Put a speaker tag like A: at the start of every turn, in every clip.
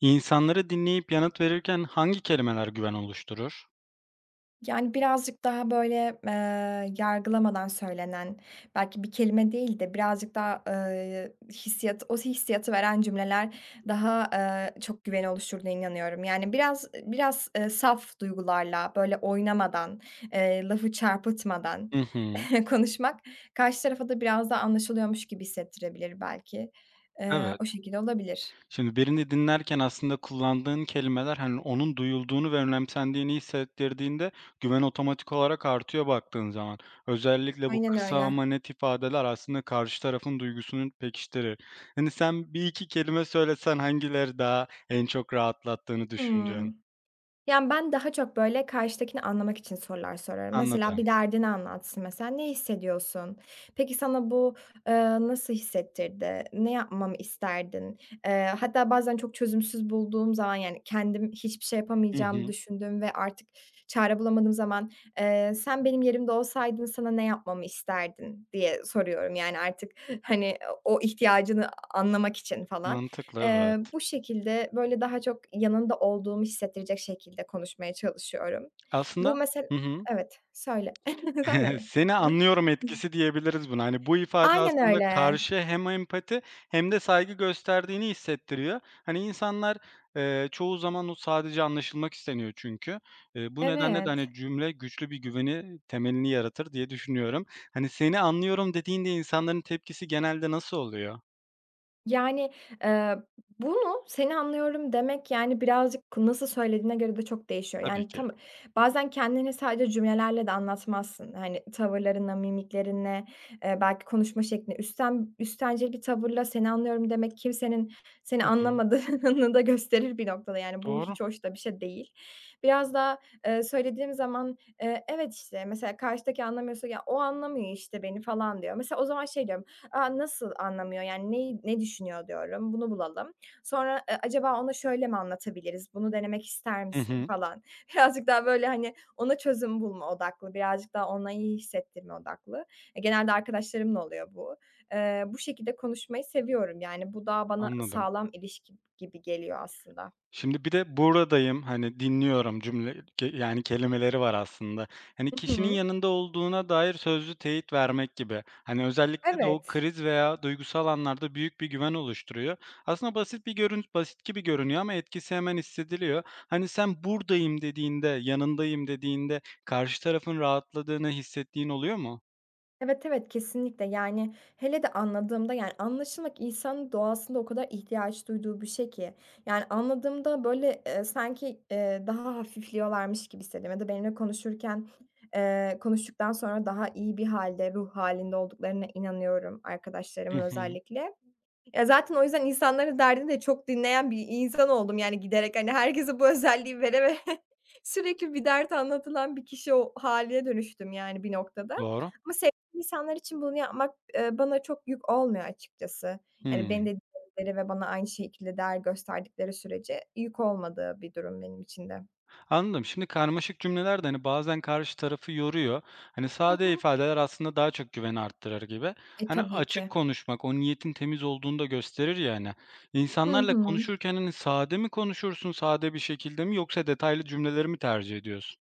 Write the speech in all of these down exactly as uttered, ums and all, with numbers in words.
A: İnsanları dinleyip yanıt verirken hangi kelimeler güven oluşturur?
B: Yani, birazcık daha, böyle, eee, yargılamadan söylenen, belki bir kelime değil de birazcık daha, eee, hissiyat o hissiyatı veren cümleler daha, eee, çok güveni oluşturduğuna inanıyorum. Yani, biraz biraz, eee, saf duygularla, böyle, oynamadan, eee, lafı çarpıtmadan
A: Hı hı.
B: konuşmak karşı tarafa da biraz daha anlaşılıyormuş gibi hissettirebilir belki. Eee,
A: Evet.
B: o şekilde olabilir.
A: Şimdi birini dinlerken aslında kullandığın kelimeler, hani, onun duyulduğunu ve önemsendiğini hissettirdiğinde güven otomatik olarak artıyor baktığın zaman. Özellikle bu
B: Aynen
A: kısa
B: öyle.
A: ama net ifadeler aslında karşı tarafın duygusunu pekiştirir. Hani, sen bir iki kelime söylesen hangileri daha en çok rahatlattığını düşündüğün?
B: Hıı. Yani, ben daha çok, böyle, karşıdakini anlamak için sorular soruyorum. Mesela
A: Anladım.
B: bir derdini anlatsın mesela. "Ne hissediyorsun? Peki, sana bu, ııı, nasıl hissettirdi? Ne yapmamı isterdin?" Eee, hatta bazen çok çözümsüz bulduğum zaman, yani, kendim hiçbir şey
A: Hı
B: yapamayacağımı
A: hı.
B: düşündüğüm ve artık çare bulamadığım zaman, eee, "Sen benim yerimde olsaydın sana ne yapmamı isterdin?" diye soruyorum. Yani, artık, hani, o ihtiyacını anlamak için falan.
A: Mantıklı, evet.
B: Eee, bu şekilde, böyle, daha çok yanında olduğumu hissettirecek şekilde konuşmaya çalışıyorum. Bu
A: Aslında
B: mesela
A: hı hı.
B: evet, söyle. Sen söyle.
A: Seni anlıyorum etkisi diyebiliriz buna. Hani, bu ifade
B: Aynen
A: aslında
B: öyle.
A: karşı hem empati hem de saygı gösterdiğini hissettiriyor. Hani, insanlar, eee, çoğu zaman o sadece anlaşılmak isteniyor çünkü. Eee, bu nedenle de,
B: Evet.
A: hani, cümle güçlü bir güveni temelini yaratır diye düşünüyorum. Hani, seni anlıyorum dediğinde insanların tepkisi genelde nasıl oluyor?
B: Yani, eee, bunu "Seni anlıyorum." demek, yani, birazcık k nasıl söylediğine göre de çok değişiyor.
A: Tabii
B: Yani,
A: ki.
B: tam bazen kendini sadece cümlelerle de anlatmazsın. Hani, tavırlarınla, mimiklerinle, eee, belki konuşma şekline üstten üstencil bir tavırla "Seni anlıyorum." demek kimsenin seni
A: Hı hı.
B: anlamadığını da gösterir bir noktada. Yani, bu
A: Doğru.
B: hiç hoş da bir şey değil. Biraz daha, eee, söylediğim zaman, eee, "Evet, işte." Mesela karşıdaki anlamıyorsa, "Ya, o anlamıyor, işte, beni." falan diyor. Mesela o zaman şey diyorum, a, nasıl anlamıyor, yani ne ne düşünüyor diyorum, bunu bulalım. Sonra, eee, acaba ona şöyle mi anlatabiliriz, bunu denemek ister
A: Hı
B: misin
A: hı.
B: falan. Birazcık daha böyle, hani, ona çözüm bulma odaklı, birazcık daha ona iyi hissettirme odaklı. E, genelde arkadaşlarımla oluyor bu. Eee, bu şekilde konuşmayı seviyorum, yani bu da bana
A: Anladım.
B: sağlam ilişki gibi geliyor aslında.
A: Şimdi bir de buradayım, hani, dinliyorum cümle ke yani kelimeleri var aslında. Hani,
B: Hı
A: kişinin
B: hı.
A: yanında olduğuna dair sözlü teyit vermek gibi. Hani, özellikle de o
B: Evet.
A: kriz veya duygusal anlarda büyük bir güven oluşturuyor. Aslında basit bir görün basit gibi görünüyor ama etkisi hemen hissediliyor. Hani, sen buradayım dediğinde, yanındayım dediğinde karşı tarafın rahatladığını hissettiğin oluyor mu?
B: Evet, evet, kesinlikle. Yani, hele de anladığımda, yani, anlaşılmak insanın doğasında o kadar ihtiyaç duyduğu bir şey ki. Yani, anladığımda, böyle, eee, sanki, eee, daha hafifliyorlarmış gibi hissediyorum ya da benimle konuşurken, eee, konuştuktan sonra daha iyi bir halde, ruh halinde olduklarına inanıyorum
A: Hı
B: arkadaşlarımın
A: hı.
B: özellikle. Ya, zaten o yüzden insanların derdini de çok dinleyen bir insan oldum, yani, giderek. Hani, herkese bu özelliği vere ve sürekli bir dert anlatılan bir kişi o haline dönüştüm, yani, bir noktada.
A: Doğru.
B: Ama sevdiğim insanlar için bunu yapmak, eee, bana çok yük olmuyor açıkçası. Yani,
A: Hıı.
B: beni de dinledikleri ve bana aynı şekilde değer gösterdikleri sürece yük olmadığı bir durum benim için de.
A: Anladım. Şimdi karmaşık cümleler de hani bazen karşı tarafı yoruyor. Hani
B: Hı
A: sade
B: hı.
A: ifadeler aslında daha çok güveni arttırır gibi.
B: E,
A: Hani
B: tabii
A: açık
B: ki.
A: konuşmak o niyetin temiz olduğunu da gösterir ya hani.
B: Hı
A: İnsanlarla
B: hı.
A: konuşurken hani sade mi konuşursun, sade bir şekilde mi yoksa detaylı cümleleri mi tercih ediyorsun?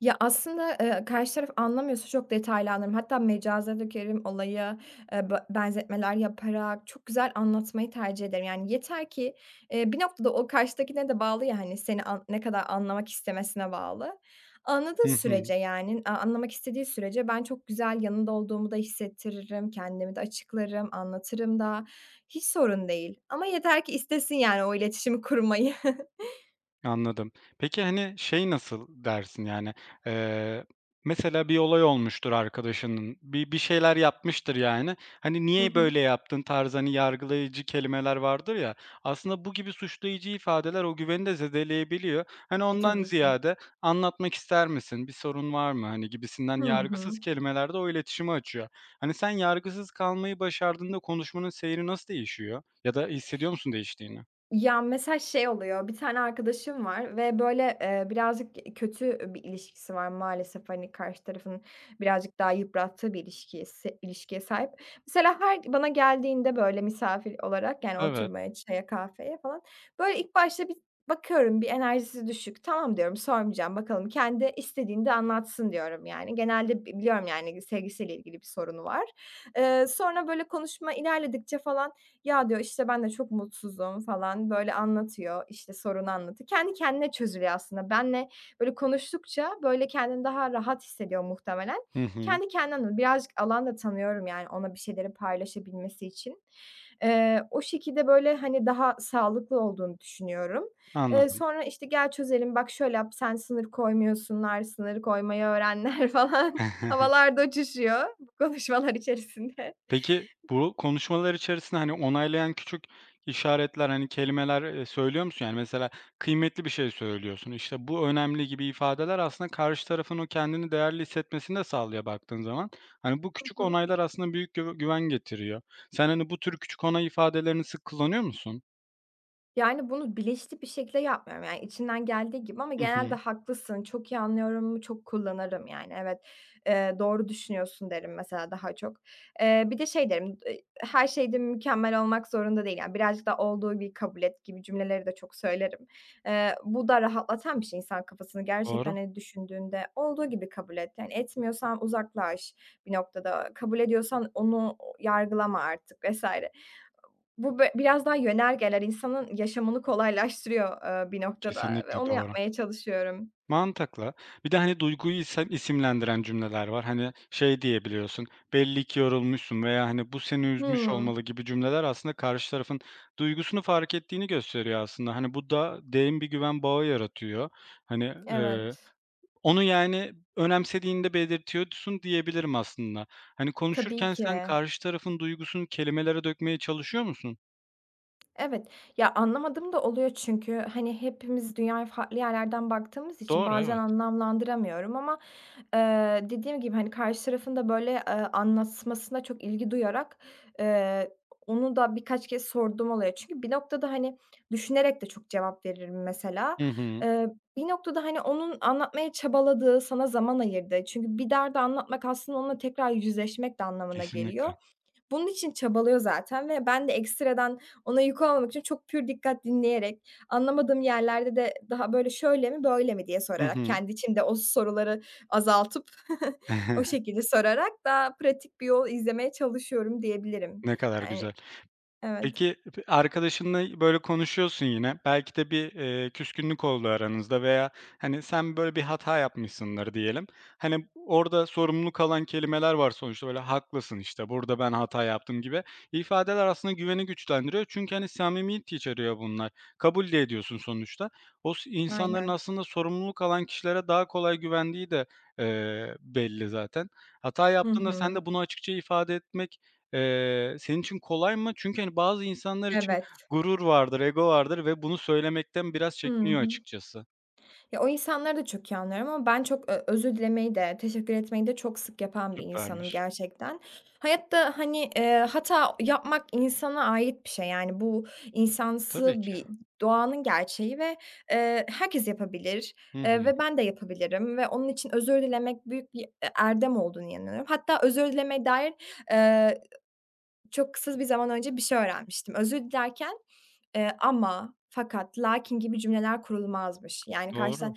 B: Ya, aslında, eee, karşı taraf anlamıyorsa çok detaylandırırım. Hatta mecaza dökerim olayı, eee, bö benzetmeler yaparak çok güzel anlatmayı tercih ederim. Yani, yeter ki, eee, bir noktada o karşıdakine de bağlı ya, hani, seni an ne kadar anlamak istemesine bağlı.
A: Hı
B: Anladığı
A: hı.
B: sürece, yani, a anlamak istediği sürece ben çok güzel yanında olduğumu da hissettiririm, kendimi de açıklarım, anlatırım da. Hiç sorun değil ama yeter ki istesin, yani, o iletişimi kurmayı.
A: Anladım. Peki, hani, şey nasıl dersin, yani, eee, mesela bir olay olmuştur arkadaşının, bir bir şeyler yapmıştır, yani. Hani,
B: Hı
A: "Niye
B: hı.
A: böyle yaptın?" tarzı, hani, yargılayıcı kelimeler vardır ya, aslında bu gibi suçlayıcı ifadeler o güveni de zedeleyebiliyor. Hani,
B: E,
A: ondan
B: tabii ki.
A: ziyade "Anlatmak ister misin? Bir sorun var mı?" hani, gibisinden
B: Hı
A: yargısız
B: hı.
A: kelimelerde o iletişimi açıyor. Hani, sen yargısız kalmayı başardığında konuşmanın seyri nasıl değişiyor ya da hissediyor musun değiştiğini?
B: Ya, mesela şey oluyor, bir tane arkadaşım var ve, böyle, eee, birazcık kötü bir ilişkisi var maalesef, hani, karşı tarafın birazcık daha yıprattığı bir ilişkiye se ilişkiye sahip. Mesela her bana geldiğinde, böyle, misafir olarak, yani,
A: Evet.
B: oturmaya, çaya, kahveye falan, böyle, ilk başta bir bakıyorum, bir enerjisi düşük. "Tamam." diyorum, "Sormayacağım, bakalım kendi istediğinde anlatsın." diyorum, yani. Genelde bi biliyorum, yani, sevgilisiyle ilgili bir sorunu var. Eee, sonra, böyle, konuşma ilerledikçe falan "Ya" diyor, işte, "Ben de çok mutsuzum." falan, böyle, anlatıyor, işte, sorunu anlatıyor. Kendi kendine çözülüyor aslında. Benle, böyle, konuştukça, böyle, kendini daha rahat hissediyor muhtemelen.
A: Hı hı.
B: Kendi kendine anlatıyor. Birazcık alan da tanıyorum, yani, ona bir şeyleri paylaşabilmesi için. Eee, o şekilde, böyle, hani, daha sağlıklı olduğunu düşünüyorum. Eee,
A: Anladım.
B: sonra, işte, "Gel çözelim, bak şöyle yap, sen sınır koymuyorsunlar, sınır koymayı öğrenler." falan havalarda uçuşuyor. Konuşmalar içerisinde.
A: Peki, bu konuşmalar içerisinde, hani, onaylayan küçük işaretler, hani, kelimeler, eee, söylüyor musun? Yani, mesela kıymetli bir şey söylüyorsun, işte, bu önemli gibi ifadeler aslında karşı tarafın o kendini değerli hissetmesini de sağlıyor baktığın zaman. Hani, bu
B: Hı
A: küçük
B: hı.
A: onaylar aslında büyük güv güven getiriyor. Sen, hani, bu tür küçük onay ifadelerini sık kullanıyor musun?
B: Yani, bunu bilinçli bir şekilde yapmıyorum. Yani, içinden geldiği gibi ama
A: Hı
B: genelde
A: hı.
B: haklısın, çok iyi anlıyorum, çok kullanırım, yani, evet. Eee, doğru düşünüyorsun derim mesela daha çok. Eee, bir de şey derim, eee, her şeyde mükemmel olmak zorunda değil. Yani, birazcık da olduğu gibi kabul et gibi cümleleri de çok söylerim. Eee, bu da rahatlatan bir şey insan kafasını
A: Doğru.
B: gerçekten, hani, düşündüğünde olduğu gibi kabul et. Yani, etmiyorsan uzaklaş bir noktada, kabul ediyorsan onu yargılama artık vesaire. Bu bö Biraz daha yönergeler insanın yaşamını kolaylaştırıyor, eee, bir noktada ve
A: Kesinlikle
B: onu
A: doğru.
B: yapmaya çalışıyorum.
A: Mantıklı. Bir de, hani, duyguyu isem isimlendiren cümleler var. Hani, şey diyebiliyorsun, "Belli ki yorulmuşsun." veya, hani, "Bu seni üzmüş
B: Hımm.
A: olmalı." gibi cümleler aslında karşı tarafın duygusunu fark ettiğini gösteriyor aslında. Hani, bu da derin bir güven bağı yaratıyor. Hani, eee,
B: Evet.
A: onu, yani, önemsediğini de belirtiyorsun diyebilirim aslında. Hani,
B: Tabii
A: konuşurken
B: ki.
A: sen karşı tarafın duygusunu kelimelere dökmeye çalışıyor musun?
B: Evet. Ya, anlamadığım da oluyor çünkü, hani, hepimiz dünyaya farklı yerlerden baktığımız için
A: Doğru,
B: bazen
A: evet.
B: anlamlandıramıyorum ama Eee, dediğim gibi, hani, karşı tarafın da, böyle, eee, anlatmasına çok ilgi duyarak, eee, onu da birkaç kez sorduğum oluyor. Çünkü bir noktada, hani, düşünerek de çok cevap veririm mesela.
A: Hı hı.
B: Eee, Bir noktada, hani, onun anlatmaya çabaladığı, sana zaman ayırdığı çünkü bir derdi anlatmak aslında onunla tekrar yüzleşmek de anlamına
A: Kesinlikle.
B: geliyor. Bunun için çabalıyor zaten ve ben de ekstradan ona yük olmamak için çok pür dikkat dinleyerek, anlamadığım yerlerde de daha böyle "Şöyle mi, böyle mi?" diye
A: Hı
B: sorarak,
A: hı.
B: kendi içimde o soruları azaltıp o şekilde sorarak daha pratik bir yol izlemeye çalışıyorum diyebilirim.
A: Ne kadar
B: Yani
A: güzel.
B: evet,
A: Peki, p arkadaşınla böyle konuşuyorsun yine. Belki de bir, eee, küskünlük oldu aranızda veya, hani, sen böyle bir hata yapmışsındır diyelim. Hani, orada sorumlu kalan kelimeler var sonuçta, böyle, "Haklısın, işte, burada ben hata yaptım." gibi ifadeler aslında güveni güçlendiriyor. Çünkü, hani, samimiyet içeriyor bunlar. Kabul de ediyorsun sonuçta. O s insanların
B: aynen.
A: aslında sorumluluk alan kişilere daha kolay güvendiği de, eee, belli zaten. Hata
B: Hı
A: yaptığında sen
B: hı.
A: de bunu açıkça ifade etmek Eee, senin için kolay mı? Çünkü, hani, bazı insanlar için
B: Evet.
A: gurur vardır, ego vardır ve bunu söylemekten biraz
B: Hı
A: çekiniyor
B: hı.
A: açıkçası.
B: Ya, o insanları da çok iyi anlıyorum ama ben çok, eee, özür dilemeyi de, teşekkür etmeyi de çok sık yapan bir insanım
A: Süpermiş.
B: gerçekten. Hayatta, hani, eee, hata yapmak insana ait bir şey. Yani, bu insansı
A: Tabii ki.
B: bir doğanın gerçeği ve, eee, herkes yapabilir,
A: Hı
B: eee,
A: hı.
B: ve ben de yapabilirim ve onun için özür dilemek büyük bir, eee, erdem olduğunu inanıyorum. Hatta özür dilemeye dair, eee, çok kısa bir zaman önce bir şey öğrenmiştim. Özür dilerken, eee, "ama", "fakat", "lakin" gibi cümleler kurulmazmış. Yani,
A: Doğru.
B: karşıdan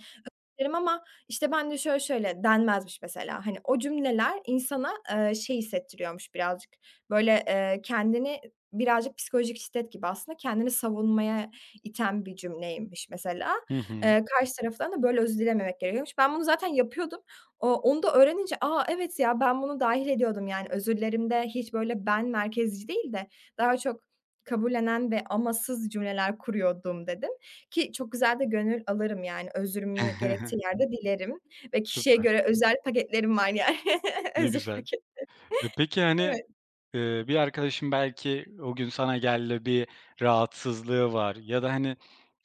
B: derim ama, işte, "Ben de şöyle şöyle" denmezmiş mesela. Hani, o cümleler insana, eee, şey hissettiriyormuş birazcık, böyle, eee, kendini birazcık psikolojik şiddet gibi aslında kendini savunmaya iten bir cümleymiş mesela.
A: Hı hı.
B: Eee, karşı taraftan da böyle özür dilememek gerekiyormuş. Ben bunu zaten yapıyordum. O onu da öğrenince, aa evet ya, ben bunu dahil ediyordum." Yani özürlerimde hiç böyle ben merkezci değil de daha çok kabullenen ve amasız cümleler kuruyordum, dedim. Ki çok güzel de gönül alırım yani özrümü gerektiği yerde dilerim ve kişiye
A: Süper.
B: göre özel paketlerim var yani.
A: Ne
B: Özür
A: güzel.
B: paketi.
A: E, peki, hani,
B: Evet.
A: eee, bir arkadaşın belki o gün sana geldi, bir rahatsızlığı var ya da, hani,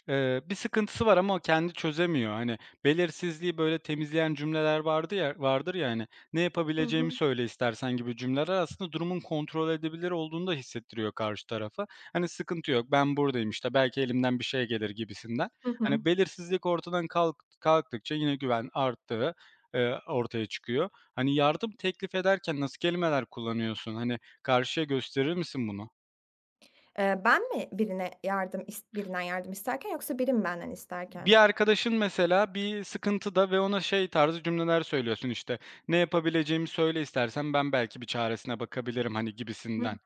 A: Eee, bir sıkıntısı var ama o kendi çözemiyor. Hani, belirsizliği, böyle, temizleyen cümleler vardı ya vardır ya, hani, "Ne
B: Hı
A: yapabileceğimi
B: hı.
A: söyle istersen." gibi cümleler aslında durumun kontrol edilebilir olduğunu da hissettiriyor karşı tarafa. Hani, "Sıkıntı yok, ben buradayım, işte, belki elimden bir şey gelir." gibisinden.
B: Hı hı.
A: Hani, belirsizlik ortadan kalk kalktıkça yine güven arttığı, eee, ortaya çıkıyor. Hani, yardım teklif ederken nasıl kelimeler kullanıyorsun? Hani, karşıya gösterir misin bunu?
B: Eee, ben mi birine yardım is birinden yardım isterken yoksa biri mi benden isterken?
A: Bir arkadaşın mesela bir sıkıntıda ve ona şey tarzı cümleler söylüyorsun işte. "Ne yapabileceğimi söyle istersen ben belki bir çaresine bakabilirim." hani gibisinden.
B: Hımm,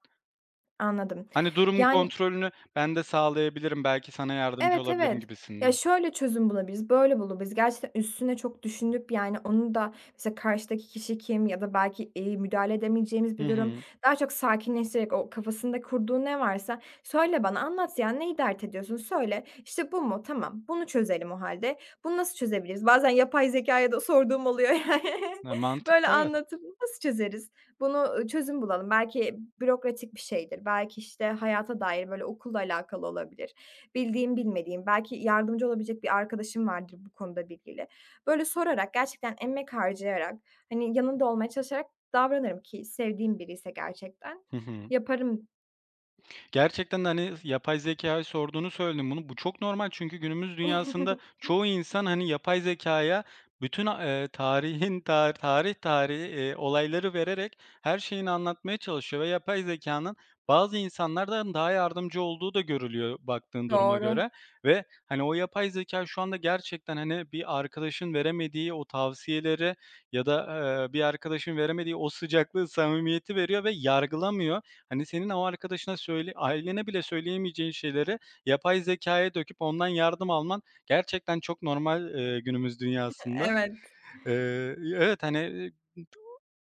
B: anladım.
A: Hani durumun
B: Yani
A: kontrolünü ben de sağlayabilirim, belki sana yardımcı
B: evet,
A: olabilirim
B: evet. Ya,
A: gibisinden.
B: şöyle çözüm bulabiliriz, böyle bulabiliriz. Gerçekten üstüne çok düşünüp, yani, onu da mesela karşıdaki kişi kim ya da belki, eee, müdahale edemeyeceğimiz
A: Hı
B: bir durum.
A: hı.
B: Daha çok sakinleştirerek o kafasında kurduğu ne varsa "Söyle bana, anlat ya, neyi dert ediyorsun? Söyle. İşte, bu mu? Tamam, bunu çözelim o halde. Bunu nasıl çözebiliriz?" Bazen yapay zekaya da sorduğum oluyor yani.
A: E,
B: Böyle
A: mantıklı evet.
B: anlatıp "Nasıl çözeriz? Bunu çözüm bulalım. Belki bürokratik bir şeydir. Belki, işte, hayata dair böyle okulla alakalı olabilir. Bildiğim, bilmediğim, belki yardımcı olabilecek bir arkadaşım vardır bu konuda bilgili. Böyle sorarak, gerçekten emek harcayarak, hani, yanında olmaya çalışarak davranırım ki sevdiğim biri ise gerçekten
A: Hı hı.
B: yaparım.
A: Gerçekten de, hani, yapay zekâya sorduğunu söyledim bunu. Bu çok normal çünkü günümüz dünyasında çoğu insan, hani, yapay zekaya bütün, a e, tarihin ta tarih tarih, eee, olayları vererek her şeyini anlatmaya çalışıyor ve yapay zekanın bazı insanlardan daha yardımcı olduğu da görülüyor baktığın duruma
B: Doğru.
A: göre ve, hani, o yapay zeka şu anda gerçekten, hani, bir arkadaşın veremediği o tavsiyeleri ya da, eee, bir arkadaşın veremediği o sıcaklığı, samimiyeti veriyor ve yargılamıyor. Hani, senin o arkadaşına söyle ailene bile söyleyemeyeceğin şeyleri yapay zekaya döküp ondan yardım alman gerçekten çok normal, eee, günümüz dünyasında.
B: Evet.
A: Eee, evet, hani,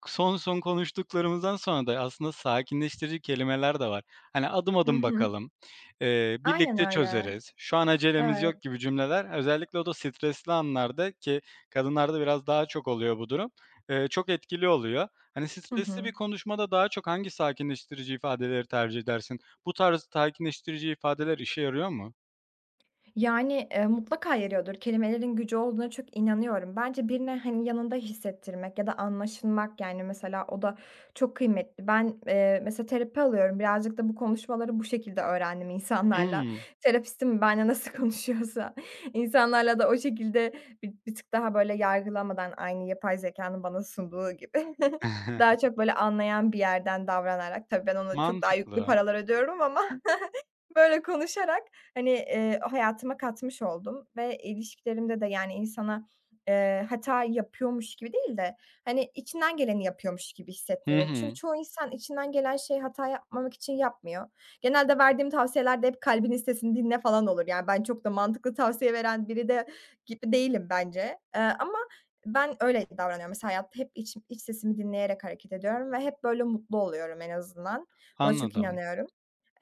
A: son son konuştuklarımızdan sonra da aslında sakinleştirici kelimeler de var. Hani, "Adım
B: Hı
A: adım
B: hı.
A: bakalım." eee,
B: Aynen
A: "Birlikte
B: öyle.
A: çözeriz." "Şu an acelemiz
B: Evet.
A: yok." gibi cümleler özellikle o da stresli anlarda ki kadınlarda biraz daha çok oluyor bu durum, eee, çok etkili oluyor. Hani,
B: Hı
A: stresli bir
B: hı.
A: konuşmada daha çok hangi sakinleştirici ifadeleri tercih edersin? Bu tarz sakinleştirici ifadeler işe yarıyor mu?
B: Yani, eee, mutlaka yarıyordur. Kelimelerin gücü olduğuna çok inanıyorum. Bence birine, hani, yanında hissettirmek ya da anlaşılmak, yani, mesela o da çok kıymetli. Ben, eee, mesela terapi alıyorum. Birazcık da bu konuşmaları bu şekilde öğrendim insanlarla.
A: Hımm.
B: Terapistim benimle nasıl konuşuyorsa insanlarla da o şekilde bir bir tık daha böyle yargılamadan aynı yapay zekanın bana sunduğu gibi daha çok böyle anlayan bir yerden davranarak, tabii ben ona çok daha yüklü
A: Mantıklı.
B: paralar ödüyorum ama böyle konuşarak, hani, eee, hayatıma katmış oldum ve ilişkilerimde de, yani, insana, eee, hata yapıyormuş gibi değil de, hani, içinden geleni yapıyormuş gibi
A: Hı
B: hissettirerek. Çünkü
A: hı.
B: çoğu insan içinden gelen şeyi hata yapmamak için yapmıyor. Genelde verdiğim tavsiyeler de hep kalbinin sesini dinle falan olur. Yani, ben çok da mantıklı tavsiye veren biri de gibi değilim bence. Eee, ama ben öyle davranıyorum. Mesela hayatta hep iç iç sesimi dinleyerek hareket ediyorum ve hep böyle mutlu oluyorum en azından. Buna çok
A: Anladım.
B: inanıyorum.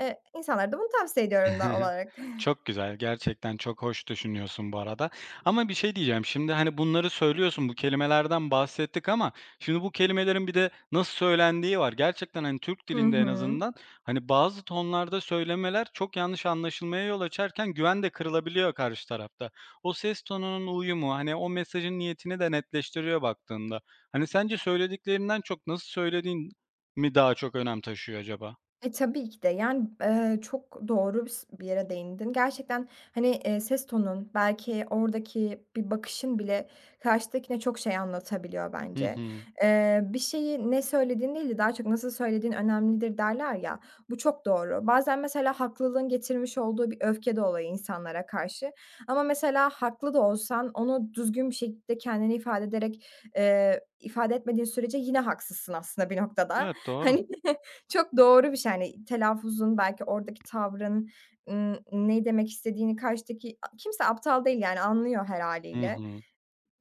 B: Eee, insanlara da bunu tavsiye ediyorum doğal olarak.
A: Çok güzel, gerçekten çok hoş düşünüyorsun bu arada. Ama bir şey diyeceğim, şimdi, hani, bunları söylüyorsun, bu kelimelerden bahsettik ama şimdi bu kelimelerin bir de nasıl söylendiği var. Gerçekten, hani, Türk
B: Hı
A: dilinde en
B: hı.
A: azından, hani, bazı tonlarda söylemeler çok yanlış anlaşılmaya yol açarken güven de kırılabiliyor karşı tarafta. O ses tonunun uyumu, hani, o mesajın niyetini de netleştiriyor baktığında. Hani, sence söylediklerinden çok nasıl söylediğin mi daha çok önem taşıyor acaba?
B: E, tabii ki de. Yani, eee, çok doğru bis bir yere değindin. Gerçekten, hani, eee, ses tonun, belki oradaki bir bakışın bile karşıdakine çok şey anlatabiliyor
A: Hı
B: bence.
A: hı.
B: Eee, bir şeyi ne söylediğin değil de daha çok nasıl söylediğin önemlidir derler ya, bu çok doğru. Bazen mesela haklılığın getirmiş olduğu bir öfke de oluyor insanlara karşı ama mesela haklı da olsan onu düzgün bir şekilde kendini ifade ederek, eee, ifade etmediğin sürece yine haksızsın aslında bir noktada.
A: Evet, doğru.
B: Hani çok doğru bir şey. Yani telaffuzun, belki oradaki tavrın, ımm, ne demek istediğini karşıdaki a kimse aptal değil, yani, anlıyor her
A: Hı
B: hâliyle
A: hı.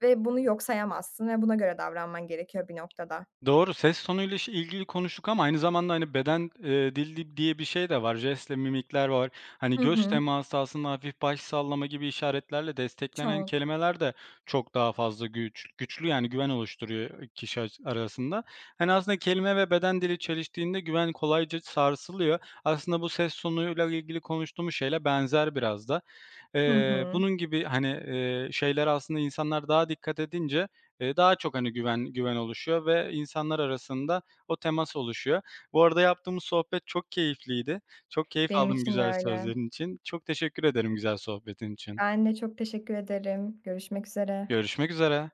B: ve bunu yok sayamazsın ve buna göre davranman gerekiyor bir noktada.
A: Doğru, ses tonuyla iş ilgili konuştuk ama aynı zamanda, hani, beden, eee, dili di diye bir şey de var. Jestle mimikler var. Hani,
B: Hı
A: göz
B: hı.
A: teması aslında hafif baş sallama gibi işaretlerle desteklenen
B: Çok.
A: kelimeler de çok daha fazla güç güçlü, yani, güven oluşturuyor, eee, kişi aç arasında. Hani, aslında kelime ve beden dili çeliştiğinde güven kolayca sarsılıyor. Aslında bu ses tonuyla ilgili konuştuğumuz şeyle benzer biraz da.
B: Hı
A: Eee,
B: hı.
A: bunun gibi, hani, eee, şeylere aslında insanlar daha dikkat edince, eee, daha çok, hani, güven güven oluşuyor ve insanlar arasında o temas oluşuyor. Bu arada yaptığımız sohbet çok keyifliydi. Çok keyif
B: Benim
A: aldım
B: için de
A: güzel
B: öyle.
A: sözlerin için. Çok teşekkür ederim güzel sohbetin için.
B: Ben de çok teşekkür ederim. Görüşmek üzere.
A: Görüşmek üzere.